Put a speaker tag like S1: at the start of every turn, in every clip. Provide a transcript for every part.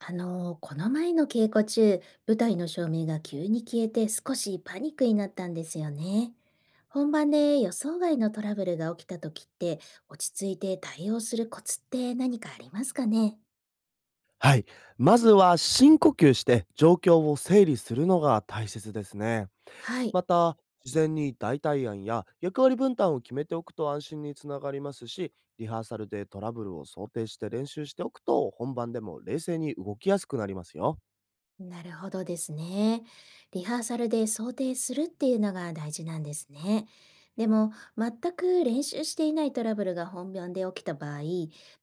S1: この前の稽古中、舞台の照明が急に消えて少しパニックになったんですよね。本番で予想外のトラブルが起きた時って、落ち着いて対応するコツって何かありますかね？
S2: はい。まずは深呼吸して状況を整理するのが大切ですね。
S1: はい、
S2: また、事前に代替案や役割分担を決めておくと安心につながりますし、リハーサルでトラブルを想定して練習しておくと本番でも冷静に動きやすくなりますよ。
S1: なるほどですね。リハーサルで想定するっていうのが大事なんですね。でも、全く練習していないトラブルが本番で起きた場合、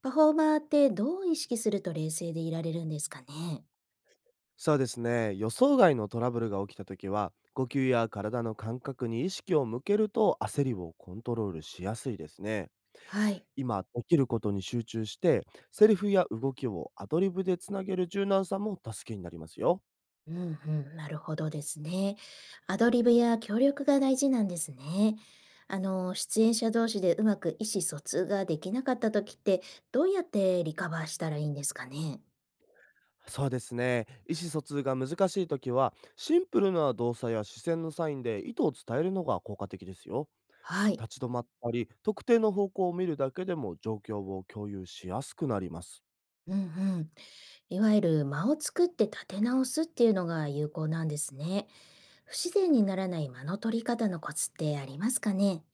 S1: パフォーマーってどう意識すると冷静でいられるんですかね？
S2: そうですね。予想外のトラブルが起きた時は、呼吸や体の感覚に意識を向けると焦りをコントロールしやすいですね。
S1: はい。
S2: 今できることに集中して、セリフや動きをアドリブでつなげる柔軟さも助けになりますよ。
S1: うんうん、なるほどですね。アドリブや協力が大事なんですね。出演者同士でうまく意思疎通ができなかった時って、どうやってリカバーしたらいいんですかね。
S2: そうですね。意思疎通が難しいときは、シンプルな動作や視線のサインで意図を伝えるのが効果的ですよ。
S1: はい。
S2: 立ち止まったり、特定の方向を見るだけでも状況を共有しやすくなります。
S1: うんうん。いわゆる間を作って立て直すっていうのが有効なんですね。不自然にならない間の取り方のコツってありますかね。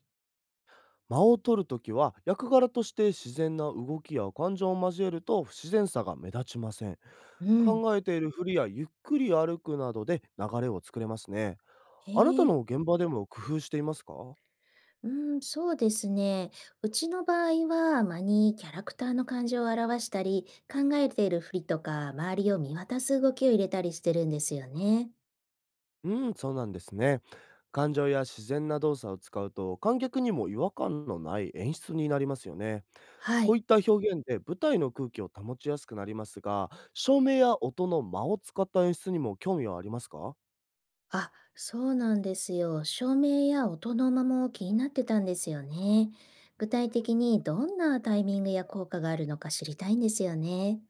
S2: 間を取るときは、役柄として自然な動きや感情を交えると不自然さが目立ちません。
S1: うん。
S2: 考えているふりやゆっくり歩くなどで流れを作れますね。
S1: へ
S2: あなた
S1: え。
S2: の現場でも工夫していますか？
S1: うーん、そうですね。うちの場合は、間にキャラクターの感情を表したり、考えているふりとか、周りを見渡す動きを入れたりしてるんですよね。
S2: うん、そうなんですね。感情や自然な動作を使うと観客にも違和感のない演出になりますよね。
S1: は
S2: こう
S1: い。
S2: いった表現で舞台の空気を保ちやすくなりますが、照明や音の間を使った演出にも興味はありますか？
S1: あ、そうなんですよ。照明や音の間も気になってたんですよね。具体的にどんなタイミングや効果があるのか知りたいんですよね。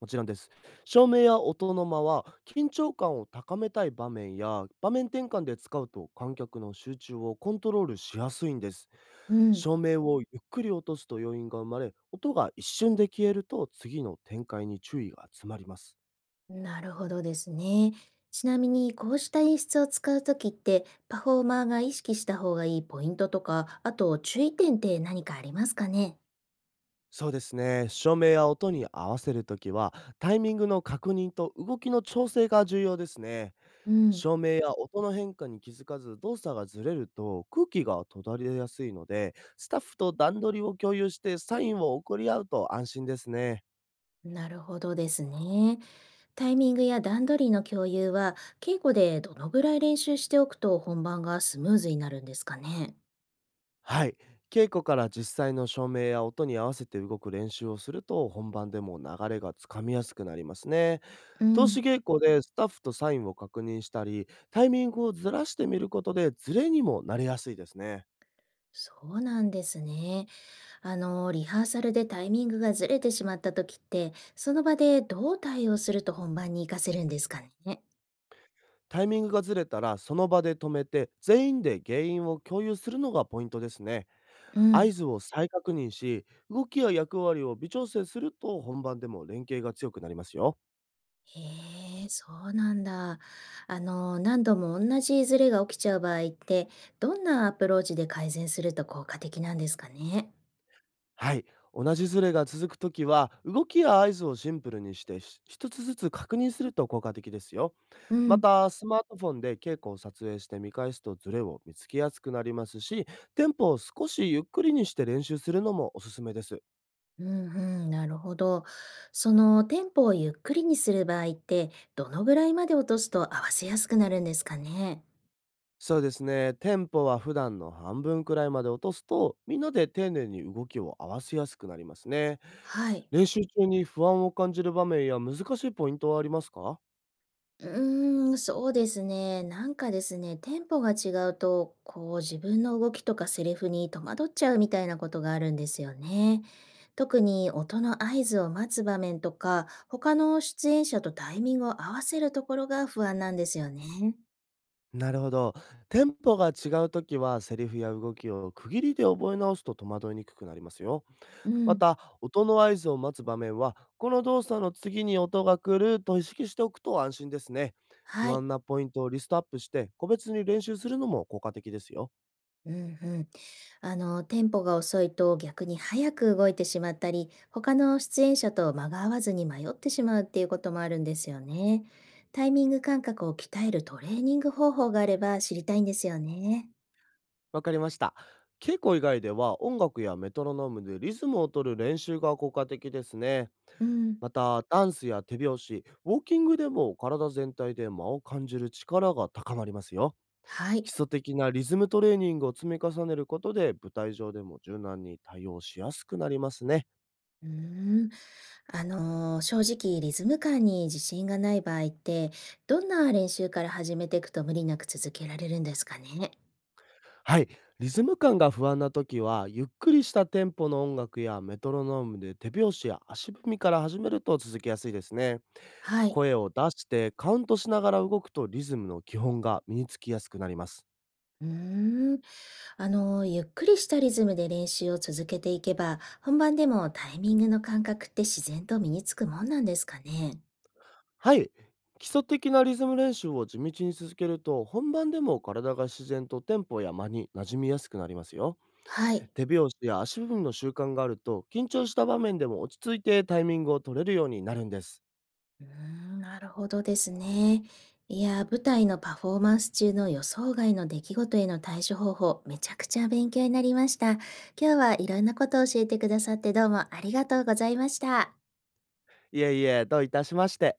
S2: もちろんです。照明や音の間は、緊張感を高めたい場面や場面転換で使うと、観客の集中をコントロールしやすいんです。
S1: うん。
S2: 照明をゆっくり落とすと余韻が生まれ、音が一瞬で消えると次の展開に注意が集まります。
S1: なるほどですね。ちなみに、こうした演出を使うときって、パフォーマーが意識した方がいいポイントとか、あと注意点って何かありますかね？
S2: そうですね。照明や音に合わせるときは、タイミングの確認と動きの調整が重要ですね。
S1: うん。
S2: 照明や音の変化に気づかず動作がずれると空気が途絶えやすいので、スタッフと段取りを共有してサインを送り合うと安心ですね。
S1: なるほどですね。タイミングや段取りの共有は、稽古でどのぐらい練習しておくと本番がスムーズになるんですかね？
S2: はい。稽古から実際の照明や音に合わせて動く練習をすると、本番でも流れがつかみやすくなりますね。
S1: う
S2: 投
S1: ん。
S2: 資稽古でスタッフとサインを確認したり、タイミングをずらしてみることでズレにもなりやすいですね。
S1: そうなんですね。リハーサルでタイミングがずれてしまったときって、その場でどう対応すると本番に活かせるんですかね？
S2: タイミングがずれたら、その場で止めて全員で原因を共有するのがポイントですね。
S1: う
S2: 合
S1: ん。
S2: 図を再確認し、動きや役割を微調整すると本番でも連携が強くなりますよ。
S1: へえ、そうなんだ。何度も同じズレが起きちゃう場合って、どんなアプローチで改善すると効果的なんですかね。
S2: はい。同じズレが続くときは、動きや合図をシンプルにしてし、一つずつ確認すると効果的ですよ。
S1: う
S2: ま
S1: ん、
S2: た、スマートフォンで稽古を撮影して見返すとズレを見つけやすくなりますし、テンポを少しゆっくりにして練習するのもおすすめです。
S1: うんうん、なるほど。そのテンポをゆっくりにする場合って、どのぐらいまで落とすと合わせやすくなるんですかね。
S2: そうですね。テンポは普段の半分くらいまで落とすと、みんなで丁寧に動きを合わせやすくなりますね。
S1: はい。
S2: 練習中に不安を感じる場面や難しいポイントはありますか？
S1: うーん、そうですね。なんかですね、テンポが違うと、こう自分の動きとかセリフに戸惑っちゃうみたいなことがあるんですよね。特に音の合図を待つ場面とか、他の出演者とタイミングを合わせるところが不安なんですよね。
S2: なるほど。テンポが違うときは、セリフや動きを区切りで覚え直すと戸惑いにくくなりますよ。
S1: う
S2: ま
S1: ん、
S2: た、音の合図を待つ場面は、この動作の次に音が来ると意識しておくと安心ですね。不
S1: はい。
S2: 安なポイントをリストアップして、個別に練習するのも効果的ですよ。
S1: うんうん。テンポが遅いと逆に早く動いてしまったり、他の出演者と間が合わずに迷ってしまうっていうこともあるんですよね。タイミング感覚を鍛えるトレーニング方法があれば知りたいんですよね。
S2: わかりました。稽古以外では、音楽やメトロノームでリズムを取る練習が効果的ですね。
S1: うん。
S2: また、ダンスや手拍子、ウォーキングでも体全体で間を感じる力が高まりますよ。
S1: は
S2: 基
S1: い。
S2: 礎的なリズムトレーニングを積み重ねることで、舞台上でも柔軟に対応しやすくなりますね。
S1: うーん。正直リズム感に自信がない場合って、どんな練習から始めていくと無理なく続けられるんですかね？
S2: はい。リズム感が不安な時は、ゆっくりしたテンポの音楽やメトロノームで手拍子や足踏みから始めると続けやすいですね。
S1: はい。
S2: 声を出してカウントしながら動くと、リズムの基本が身につきやすくなります。
S1: うーん、ゆっくりしたリズムで練習を続けていけば、本番でもタイミングの感覚って自然と身につくもんなんですかね？
S2: はい。基礎的なリズム練習を地道に続けると、本番でも体が自然とテンポや間に馴染みやすくなりますよ。
S1: はい。
S2: 手拍子や足踏みの習慣があると、緊張した場面でも落ち着いてタイミングを取れるようになるんです。
S1: うーん、なるほどですね。いや、舞台のパフォーマンス中の予想外の出来事への対処方法、めちゃくちゃ勉強になりました。今日はいろんなことを教えてくださってどうもありがとうございました。
S2: いえいえ、どういたしまして。